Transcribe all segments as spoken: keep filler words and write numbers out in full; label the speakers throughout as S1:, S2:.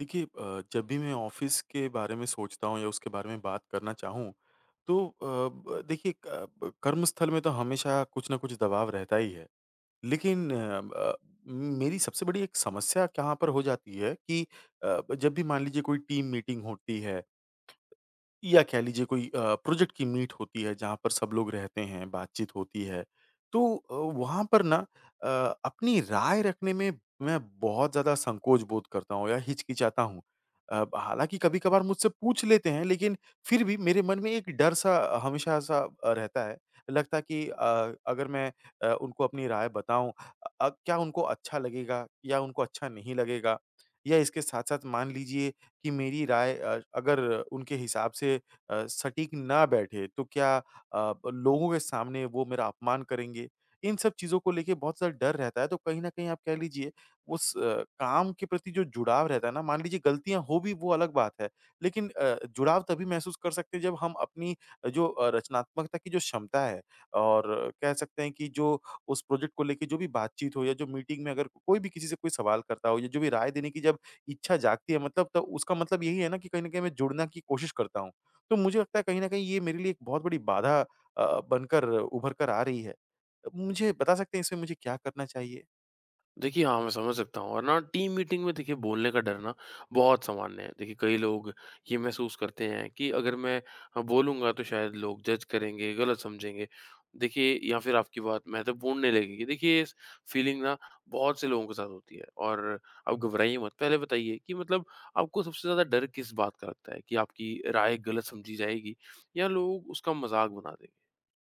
S1: देखिए अ, जब भी मैं ऑफ़िस के बारे में सोचता हूँ या उसके बारे में बात करना चाहूँ, तो अ, ब देखिए क ब कर्मस्थल में तो हमेशा कुछ न कुछ दबाव रहता ही है। लेकिन अ, ब मेरी सबसे बड़ी एक समस्या कहाँ पर हो जाती है कि अ, जब भी मान लीजिए कोई टीम मीटिंग होती है या कह लीजिए कोई अ, प्रोजेक्ट की मीट होती है जहाँ पर सब लोग रहते हैं, बातचीत होती है। तो अ, वहाँ पर ना अ, अपनी राय रखने में मैं बहुत ज़्यादा संकोच बोध करता हूँ या हिचकिचाता हूँ। अ, हालाँकि कभी-कभार मुझसे पूछ लेते हैं लेकिन फिर भी मेरे मन में एक डर-सा हमेशा-सा अ, रहता है। लगता है कि अ, अगर मैं अ, उनको अपनी राय बताऊँ अ, क्या उनको अच्छा लगेगा या उनको अच्छा नहीं लगेगा? या इसके साथ-साथ मान लीजिए कि मेरी राय अ, अगर उनके हिसाब से अ, सटीक ना बैठे तो क्या अ, लोगों के सामने वो मेरा अपमान करेंगे? इन सब चीज़ों को लेके बहुत ज़्यादा डर रहता है तो कहीं न कहीं आप कह लीजिए उस अ, काम के प्रति जो जुड़ाव रहता है ना मान लीजिए गलतियाँ हो भी वो अलग बात है। लेकिन अ, जुड़ाव तभी महसूस कर सकते हैं जब हम अपनी जो अ, रचनात्मकता की जो क्षमता है और कह सकते हैं कि जो उस प्रोजेक्ट को लेके जो भी बातचीत हो या जो मीटिंग में अगर कोई भी किसी से कोई सवाल करता हो या जो भी राय देने की जब इच्छा जागती है मतलब तब उसका मतलब यही है ना कि कहीं न कहीं मैं जुड़ने की कोशिश करता हूँ। तो मुझे लगता है कहीं न कहीं ये मेरे लिए एक बहुत बड़ी बाधा अ, बनकर उभर कर आ रही है। मुझे बता सकते हैं इसमें मुझे क्या करना चाहिए?
S2: देखिए, हाँ, मैं समझ सकता हूँ। और ना, टीम मीटिंग में देखिए बोलने का डर ना बहुत सामान्य है। देखिए, कई लोग ये महसूस करते हैं कि अगर मैं अ, बोलूँगा तो शायद लोग जज करेंगे, गलत समझेंगे। देखिए, या फिर आपकी बात महत्वपूर्ण नहीं लगेगी। देखिए, इस फीलिंग ना बहुत से लोगों के साथ होती है। और आप घबराइए मत। पहले बताइए कि मतलब आपको सबसे ज़्यादा डर किस बात का लगता है, कि आपकी राय गलत समझी जाएगी या लोग उसका मज़ाक बना देंगे?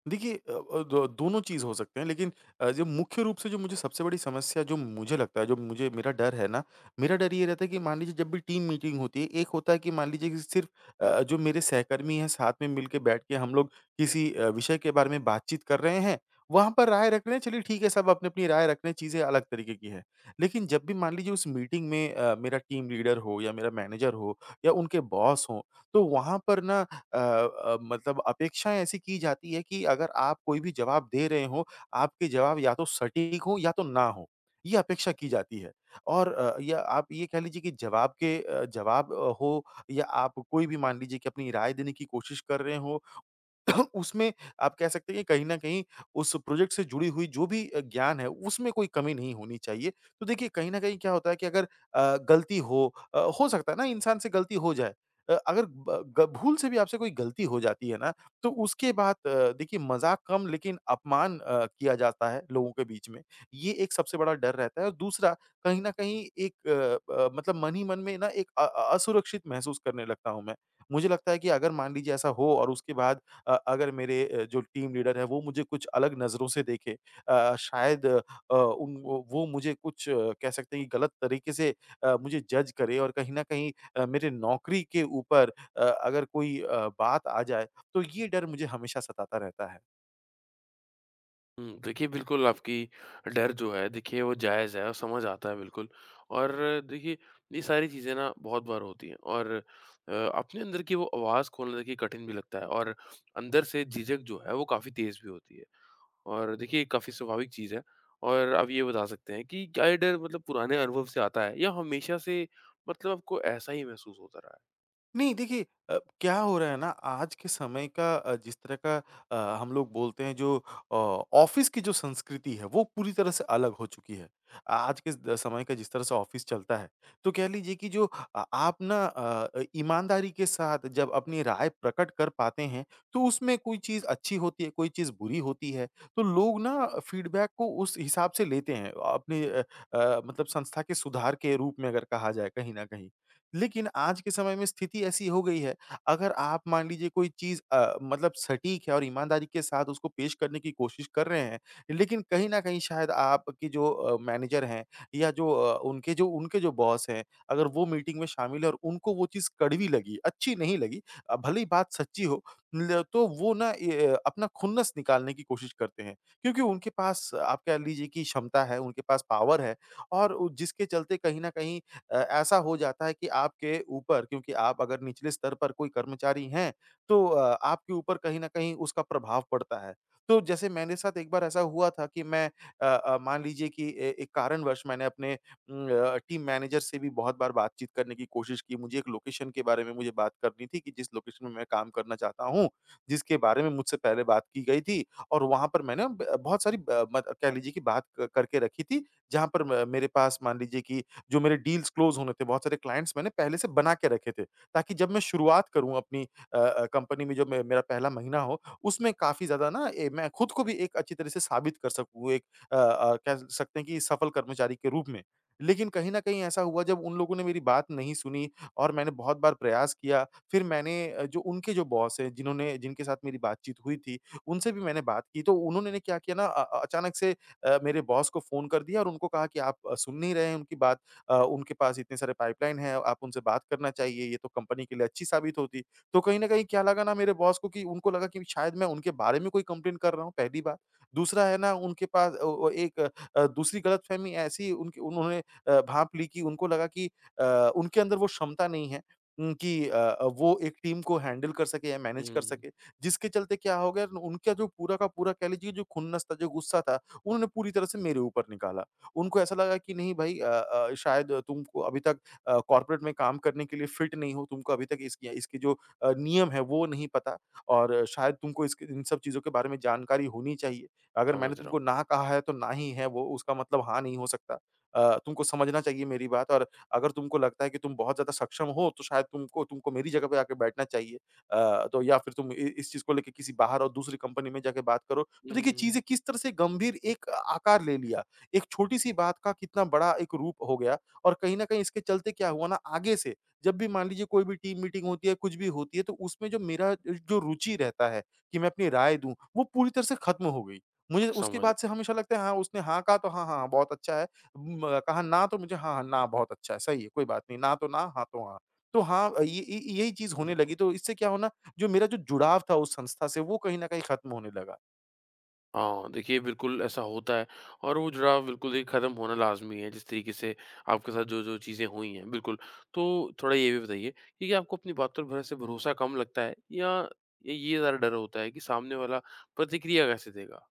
S1: देखिए अ अ, दो दोनों चीज़ हो सकते हैं लेकिन अ, जो मुख्य रूप से जो मुझे सबसे बड़ी समस्या जो मुझे लगता है, जो मुझे मेरा डर है ना, मेरा डर ये रहता है कि मान लीजिए जब भी टीम मीटिंग होती है, एक होता है कि मान लीजिए कि सिर्फ़ अ, जो मेरे सहकर्मी हैं साथ में मिलके बैठ के हम लोग किसी अ, विषय के बारे में बातचीत कर रहे हैं, वहाँ पर राय रख रहे हैं, चलिए ठीक है सब अपनी-अपनी राय रख रहे हैं, चीज़ें अलग तरीके की हैं। लेकिन जब भी मान लीजिए उस मीटिंग में अ, मेरा टीम लीडर हो या मेरा मैनेजर हो या उनके बॉस हों तो वहाँ पर ना अ अ, मतलब अपेक्षाएँ ऐसी की जाती है कि अगर आप कोई भी जवाब दे रहे हो, आपके जवाब या तो सटीक हो या तो ना हो, ये अपेक्षा की जाती है। और अ, या आप ये कह लीजिए कि जवाब के अ, जवाब अ, हो या आप कोई भी मान लीजिए कि अपनी राय देने की कोशिश कर रहे हो उसमें आप कह सकते हैं कि कहीं न कहीं उस प्रोजेक्ट से जुड़ी हुई जो भी अ, ज्ञान है, उसमें कोई कमी नहीं होनी चाहिए। तो देखिए कहीं न कहीं क्या होता है कि अगर अ, गलती हो अ, हो सकता है ना इंसान से गलती हो जाए। अ, अगर ब ग भूल से भी आपसे कोई गलती हो जाती है ना, तो उसके बाद अ, देखिए मज़ाक कम लेकिन अपमान अ, किया जाता है लोगों के बीच में। ये एक सबसे बड़ा डर रहता है और दूसरा कहीं न कहीं एक अ अ, मतलब मन ही मन में ना एक अ अ, असुरक्षित महसूस करने लगता हूँ मैं। मुझे लगता है कि अगर मान लीजिए ऐसा हो और उसके बाद अ, अगर मेरे अ, जो टीम लीडर है वो मुझे कुछ अलग नज़रों से देखे अ, शायद अ, उन वो वो मुझे कुछ अ, कह सकते हैं कि गलत तरीके से अ, मुझे जज करे और कहीं न कहीं अ, मेरे नौकरी के ऊपर अ, अगर कोई अ, बात आ जाए, तो ये डर मुझे हमेशा सताता रहता है।
S2: हुँ, देखिए बिल्कुल आपकी डर जो है देखिए वो जायज़ है और समझ आता है, बिल्कुल। और देखिए, ये सारी चीज़ें ना बहुत बार होती हैं। और अ, अपने अंदर की वो आवाज़ खोलना देखिए कठिन भी लगता है और अंदर से झिझक जो है वो काफ़ी तेज़ भी होती है। और देखिए, काफ़ी स्वाभाविक चीज़ है। और आप ये बता सकते हैं कि क्या ये डर मतलब पुराने अनुभव से आता है, या हमेशा से मतलब आपको ऐसा ही महसूस होता रहा है?
S1: नहीं देखिए अ, क्या हो रहा है ना आज के समय का अ, जिस तरह का अ, हम लोग बोलते हैं जो अ, ऑफिस की जो संस्कृति है वो पूरी तरह से अलग हो चुकी है। आज के द समय का जिस तरह से ऑफिस चलता है, तो कह लीजिए कि जो अ, आप ना अ अ, ईमानदारी के साथ जब अपनी राय प्रकट कर पाते हैं, तो उसमें कोई चीज़ अच्छी होती है, कोई चीज़ बुरी होती है। तो लोग ना फीडबैक को उस हिसाब से लेते हैं अपने अ अ, मतलब संस्था के सुधार के रूप में अगर कहा जाए कहीं न कहीं। लेकिन आज के समय में स्थिति ऐसी हो गई है, अगर आप मान लीजिए कोई चीज़ अ, मतलब सटीक है और ईमानदारी के साथ उसको पेश करने की कोशिश कर रहे हैं, लेकिन कहीं न कहीं शायद आपके जो अ, मैनेजर हैं या जो अ, उनके जो उनके जो बॉस हैं, अगर वो मीटिंग में शामिल है और उनको वो चीज़ कड़वी लगी, अच्छी नहीं लगी अ, भले ही बात सच्ची हो, ल तो वो ना ये अ, अपना खुन्नस निकालने की कोशिश करते हैं। क्योंकि उनके पास आप कह लीजिए कि क्षमता है, उनके पास पावर है और उ जिसके चलते कहीं न कहीं अ, ऐसा हो जाता है कि आपके ऊपर क्योंकि आप अगर निचले स्तर पर कोई कर्मचारी हैं, तो अ, आपके ऊपर कहीं न कहीं उसका प्रभाव पड़ता है। तो जैसे मेरे साथ एक बार ऐसा हुआ था कि मैं अ अ, मान लीजिए कि ए एक कारणवश मैंने अपने उम, अ, टीम मैनेजर से भी बहुत बार बातचीत करने की कोशिश की। मुझे एक लोकेशन के बारे में मुझे बात करनी थी कि जिस लोकेशन में मैं काम करना चाहता हूँ, जिसके बारे में मुझसे पहले बात की गई थी और वहाँ पर मैंने ब बहुत सारी ब मत कह लीजिए कि बात क करके रखी थी, जहाँ पर म मेरे पास मान लीजिए कि जो मेरे डील्स क्लोज़ होने थे, बहुत सारे क्लाइंट्स मैंने पहले से बना के रखे थे, ताकि जब मैं शुरुआत करूँ अपनी अ अ, कंपनी में जब मे मेरा पहला महीना हो, उसमें काफ़ी ज़्यादा ना ए, मैं खुद को भी एक अच्छी तरह से साबित कर सकूँ, एक अ अ, कह सकते हैं कि सफल कर्मचारी के रूप में। लेकिन कहीं न कहीं ऐसा हुआ जब उन लोगों ने मेरी बात नहीं सुनी और मैंने बहुत बार प्रयास किया, फिर मैंने अ, जो उनके जो बॉस हैं, जिन्होंने जिनके साथ मेरी बातचीत हुई थी, उनसे भी मैंने बात की, तो उन्होंने ने क्या किया ना अ अ, अचानक से अ, मेरे बॉस को फ़ोन कर दिया और उनको कहा कि आप अ, सुन नहीं रहे हैं उनकी बात, अ, उनके पास इतने सारे पाइपलाइन है, आप उनसे बात करना चाहिए, ये तो कंपनी के लिए अच्छी साबित होती। तो कहीं न कहीं क्या लगा ना मेरे बॉस को कि उनको लगा कि शायद मैं उनके बारे में कोई कंप्लेंट कर रहा हूँ, पहली बात। दूसरा है ना उनके पास अ, वो एक अ, दूसरी गलतफ़हमी ऐसी उनकी उन्होंने अ, भाँप ली कि उनको लगा कि अ, उनके अंदर वो क्षमता नहीं है उम, कि अ, वो एक टीम को हैंडल कर सके या मैनेज कर
S2: हुँ,
S1: सके। जिसके चलते क्या हो गया उनका जो पूरा का पूरा कह लीजिए जो खुन्नस था, जो गुस्सा था, उन्होंने पूरी तरह से मेरे ऊपर निकाला। उनको ऐसा लगा कि नहीं भाई अ अ, शायद तुमको अभी तक अ, कॉर्पोरेट में काम करने के लिए फिट नहीं हो, तुमको अभी तक इसकी इसके जो अ, नियम है वो नहीं पता और शायद तुमको इसके इन सब चीज़ों के बारे में जानकारी होनी चाहिए। अगर मैंने
S2: समझ रहा हूँ।
S1: तुमको ना कहा है तो ना ही है वो, उसका मतलब हाँ नहीं हो सकता। अ, तुमको समझना चाहिए मेरी बात और अगर तुमको लगता है कि तुम बहुत ज़्यादा सक्षम हो तो शायद तुमको तुमको मेरी जगह पे आके बैठना चाहिए। अ, तो या फिर तुम इ इस चीज़ को लेके किसी बाहर और दूसरी कंपनी में जाके बात करो।
S2: हुँ,
S1: तो
S2: हुँ,
S1: देखिए
S2: हुँ,
S1: चीज़ें किस तरह से गंभीर एक आकार ले लिया। एक छोटी-सी बात का कितना बड़ा एक रूप हो गया और कहीं न कहीं इसके चलते क्या हुआ ना आगे से जब भी मान लीजिए कोई भी टीम मीटिंग होती है, कुछ भी होती है तो उसमें जो मेरा जो रुचि रहता है कि मैं अपनी राय दूँ, वो पूरी तरह से खत्म हो गई। मुझे उसके
S2: समझ
S1: बाद से
S2: रहा
S1: हमेशा लगता है हाँ, उसने हाँ कहा तो हाँ, हाँ, हाँ, बहुत अच्छा है। म कहा ना तो मुझे हाँ, हाँ, ना बहुत अच्छा है, सही है, कोई बात नहीं, ना तो ना, हाँ तो हाँ। तो हाँ, ये ये यही चीज़
S2: हूँ,
S1: होने
S2: बिल्कुल।
S1: लगी तो इससे क्या हो ना, जो मेरा जो जुड़ाव था उस संस्था से वो कहीं न कहीं खत्म होने लगा।
S2: हाँ, देखिए बिल्कुल ऐसा होता है। और वो जुड़ाव बिल्कुल देखिए ख़त्म होना लाज़मी है, जिस तरीके से आपके साथ जो-जो चीज़ें हुई हैं, बिल्कुल। तो थोड़ा ये भी बताइए कि क्या आपको अपनी बात पर भरोसे से भरोसा कम लगता है, या ये ज़्यादा डर होता है कि सामने वाला प्रतिक्रिया कैसे देगा?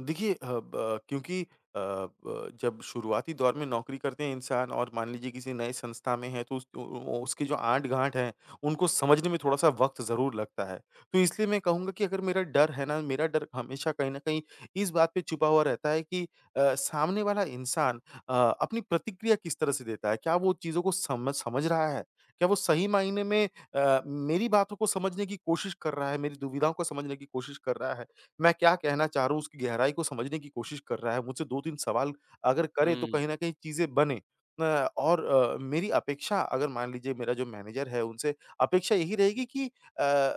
S1: देखिए अ, ब क्योंकि अ, ब जब शुरुआती दौर में नौकरी करते हैं इंसान और मान लीजिए किसी नए संस्था में है तो उस उ उ उसके जो आंट-गाँट है, उनको समझने में थोड़ा-सा वक़्त ज़रूर लगता है। तो इसलिए मैं कहूँगा कि अगर मेरा डर है ना, मेरा डर हमेशा कहीं न कहीं इस बात पे छुपा हुआ रहता है कि अ, सामने वाला इंसान अ, अपनी प्रतिक्रिया किस तरह से देता है? क्या वो चीज़ों को समझ समझ रहा है? क्या वो सही मायने में अ, मेरी बातों को समझने की कोशिश कर रहा है, मेरी दुविधाओं को समझने की कोशिश कर रहा है? मैं क्या कहना चाह रहा हूँ, उसकी गहराई को समझने की कोशिश कर रहा है। मुझसे दो तीन सवाल अगर करे तो कहीं
S2: हुँ।
S1: न कहीं चीज़ें बने अ, और अ, मेरी अपेक्षा अगर मान लीजिए मेरा जो मैनेजर है उनसे अपेक्षा यही रहेगी कि अ,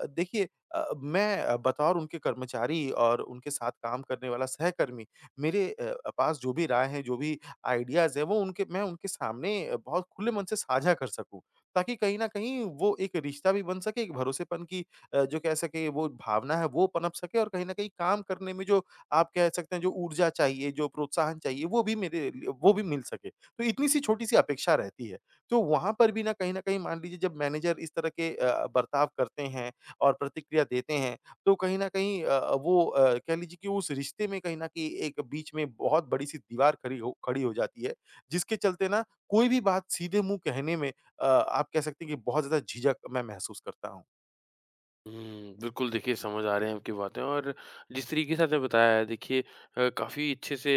S1: देखिए अ, मैं अ, बतौर उनके कर्मचारी और उनके साथ काम करने वाला सहकर्मी मेरे अ, पास जो भी राय है, जो भी आइडियाज़ हैं वो उनके मैं उनके सामने बहुत खुले मन से साझा कर सकूँ। ताकि कहीं न कहीं वो एक रिश्ता भी बन सके, एक भरोसेपन की अ, जो कह सके वो भावना है वो पनप सके और कहीं न कहीं काम करने में जो आप कह सकते हैं जो ऊर्जा चाहिए, जो प्रोत्साहन चाहिए वो भी मेरे लिए वो भी मिल सके। तो इतनी-सी छोटी-सी अपेक्षा रहती है। तो वहाँ पर भी ना कहीं न कहीं मान लीजिए जब मैनेजर इस तरह के अ, बर्ताव करते हैं और प्रतिक्रिया देते हैं तो कहीं न कहीं अ, वो अ, कह लीजिए कि उस रिश्ते में कहीं न कहीं एक बीच में बहुत बड़ी-सी दीवार खड़ी हो खड़ी हो जाती है। जिसके चलते ना कोई भी बात सीधे मुँह कहने में अ, आप कह सकते हैं कि बहुत ज़्यादा झिझक मैं महसूस करता हूँ।
S2: हुँ, बिल्कुल देखिए समझ आ रहे हैं आपकी बातें। और जिस तरीके से आपने बताया है देखिए, अ, काफ़ी अच्छे से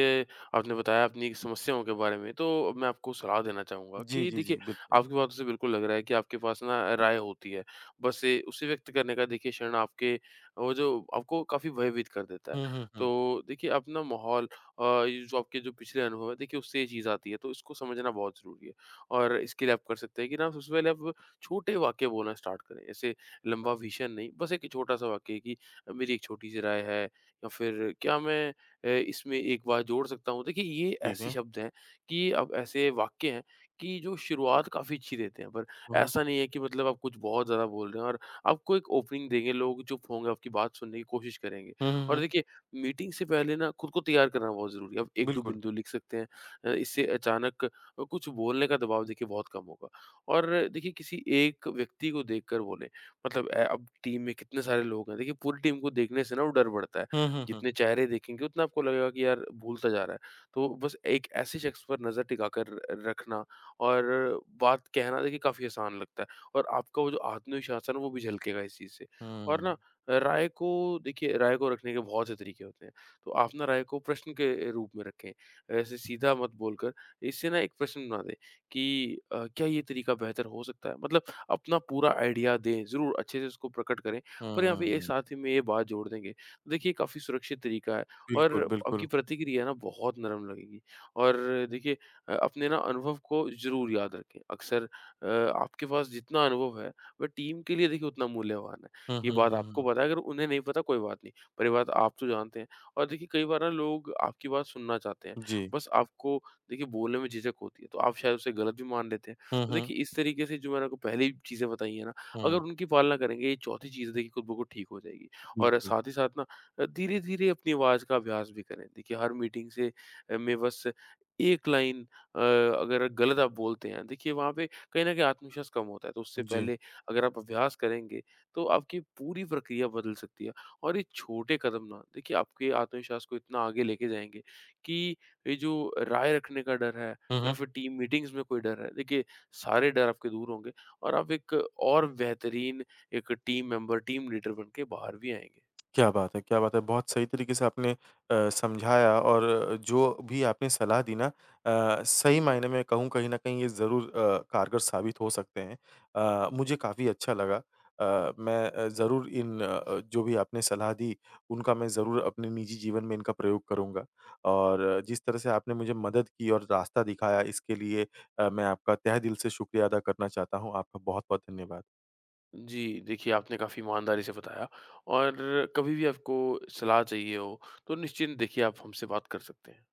S2: आपने बताया अपनी समस्याओं के बारे में। तो मैं आपको सलाह देना चाहूँगा
S1: जी,
S2: कि
S1: जी,
S2: देखिए,
S1: जी, बिल्कुल।
S2: आपकी बातों से बिल्कुल लग रहा है कि आपके पास ना राय होती है। बस ए, उसे व्यक्त करने का देखिए क्षण आपके वो जो आपको काफ़ी भयभीत कर देता है।
S1: हुँ, हुँ, हुँ।
S2: तो देखिए, अपना माहौल, अ, ये जो आपके जो पिछले अनुभव है देखिए उससे ये चीज़ आती है। तो इसको समझना बहुत ज़रूरी है। और इसके लिए आप कर सकते हैं कि ना, सबसे पहले आप छोटे वाक्य बोलना स्टार्ट करें। जैसे लंबा विजन नहीं, बस एक छोटा सा वाक्य कि मेरी एक छोटी सी राय है, या फिर क्या मैं अ, इसमें एक बात जोड़ सकता हूँ। देखिए, ये
S1: ठीक
S2: ऐसे
S1: है।
S2: शब्द हैं, कि अब ऐसे वाक्य हैं कि जो शुरुआत काफ़ी अच्छी देते हैं। पर
S1: हुँ, हुँ।
S2: ऐसा नहीं है कि मतलब आप कुछ बहुत ज़्यादा बोल रहे हैं, और आपको एक ओपनिंग देंगे, लोग चुप होंगे, आपकी बात सुनने की कोशिश करेंगे।
S1: हुँ, हुँ,
S2: और
S1: हुँ।
S2: देखिए, मीटिंग से पहले ना खुद को तैयार करना बहुत ज़रूरी है। आप एक दो
S1: बिल्कुल।
S2: बिंदु लिख सकते हैं। अ, इससे अचानक कुछ बोलने का दबाव देखिए बहुत कम होगा। और देखिए, किसी एक व्यक्ति को देखकर बोलें। मतलब अ, अब टीम में कितने सारे लोग हैं। देखिए, पूरी टीम को देखने से ना वो डर बढ़ता है।
S1: हुँ, हुँ, हुँ।
S2: जितने चेहरे देखेंगे उतना आपको लगेगा कि यार भूलता जा रहा है। तो बस एक ऐसे शख्स पर नज़र टिका कर रखना और बात कहना देखिए काफ़ी आसान लगता है। और आपका वो जो आत्मविश्वास है ना वो भी झलकेगा इस चीज़ से। और
S1: हुँ,
S2: ना, राय को देखिए, राय को रखने के बहुत से तरीके होते हैं। तो आप ना राय को प्रश्न के रूप में रखें। ऐसे सीधा मत बोलकर इससे ना एक प्रश्न बना दें कि अ, क्या ये तरीका बेहतर हो सकता है? मतलब अपना पूरा आइडिया दें, ज़रूर अच्छे से उसको प्रकट करें।
S1: हुँ,
S2: पर यहाँ
S1: हुँ,
S2: पे ये
S1: हुँ।
S2: साथ ही में ये बात जोड़ देंगे, तो देखिए काफ़ी सुरक्षित तरीका है। और
S1: बिल्कुल,
S2: आपकी
S1: बिल्कुल।
S2: प्रतिक्रिया ना बहुत नरम लगेगी। और देखिए, अ, अपने ना अनुभव को ज़रूर याद रखें। अक्सर अ, आपके पास जितना अनुभव है, वह टीम के लिए देखिए उतना मूल्यवान है।
S1: हुँ,
S2: ये
S1: हुँ,
S2: बात
S1: हुँ,
S2: आपको
S1: हुँ।
S2: पता है, अगर उन्हें नहीं पता कोई बात नहीं, पर ये बात आप तो जानते हैं। और देखिए, कई बार ना लोग आपकी बात सुनना चाहते हैं,
S1: जी।
S2: बस आपको देखिए बोलने में झिझक होती है, तो आप शायद उसे गलत भी मान लेते हैं।
S1: हुँ,
S2: तो
S1: हुँ,
S2: देखिए, इस तरीके से जो मैंने आपको पहले ही चीज़ें बताई हैं ना, अगर
S1: हुँ।
S2: उनकी पालना करेंगे ये चौथी चीज़ देखिए खुद ब खुद ठीक हो जाएगी। और
S1: बिल्कुल,
S2: साथ ही साथ ना अ, धीरे-धीरे अपनी आवाज़ का अभ्यास भी करें। देखिए, हर मीटिंग से अ, में बस एक लाइन अ, अगर गलत आप बोलते हैं, देखिए वहाँ पे कहीं न कहीं आत्मविश्वास कम होता है। तो उससे
S1: जी।
S2: पहले अगर आप अभ्यास करेंगे, तो आपकी पूरी प्रक्रिया बदल सकती है। और ये छोटे कदम ना देखिए आपके आत्मविश्वास को इतना आगे लेके जाएँगे, कि ये जो राय रखने का डर है
S1: हुँ,
S2: या
S1: हुँ।
S2: फिर टीम मीटिंग्स में कोई डर है, देखिए सारे डर आपके दूर होंगे। और आप एक और बेहतरीन एक टीम मेंबर, टीम लीडर बन के बाहर भी आएँगे।
S1: क्या बात है, क्या बात है! बहुत सही तरीके से आपने अ, समझाया और जो भी आपने सलाह दी ना अ, सही मायने में कहूँ कहीं न कहीं ये ज़रूर अ, कारगर साबित हो सकते हैं। अ, मुझे काफ़ी अच्छा लगा। अ, मैं अ, ज़रूर इन अ, जो भी आपने सलाह दी उनका मैं ज़रूर अपने निजी जीवन में इनका प्रयोग करूँगा और जिस तरह से आपने मुझे मदद की और रास्ता दिखाया इसके लिए अ, मैं आपका तहे दिल से शुक्रिया अदा करना चाहता हूँ। आपका बहुत-बहुत धन्यवाद।
S2: जी, देखिए आपने काफ़ी ईमानदारी से बताया। और कभी भी आपको सलाह चाहिए हो, तो निश्चिंत देखिए आप हमसे बात कर सकते हैं।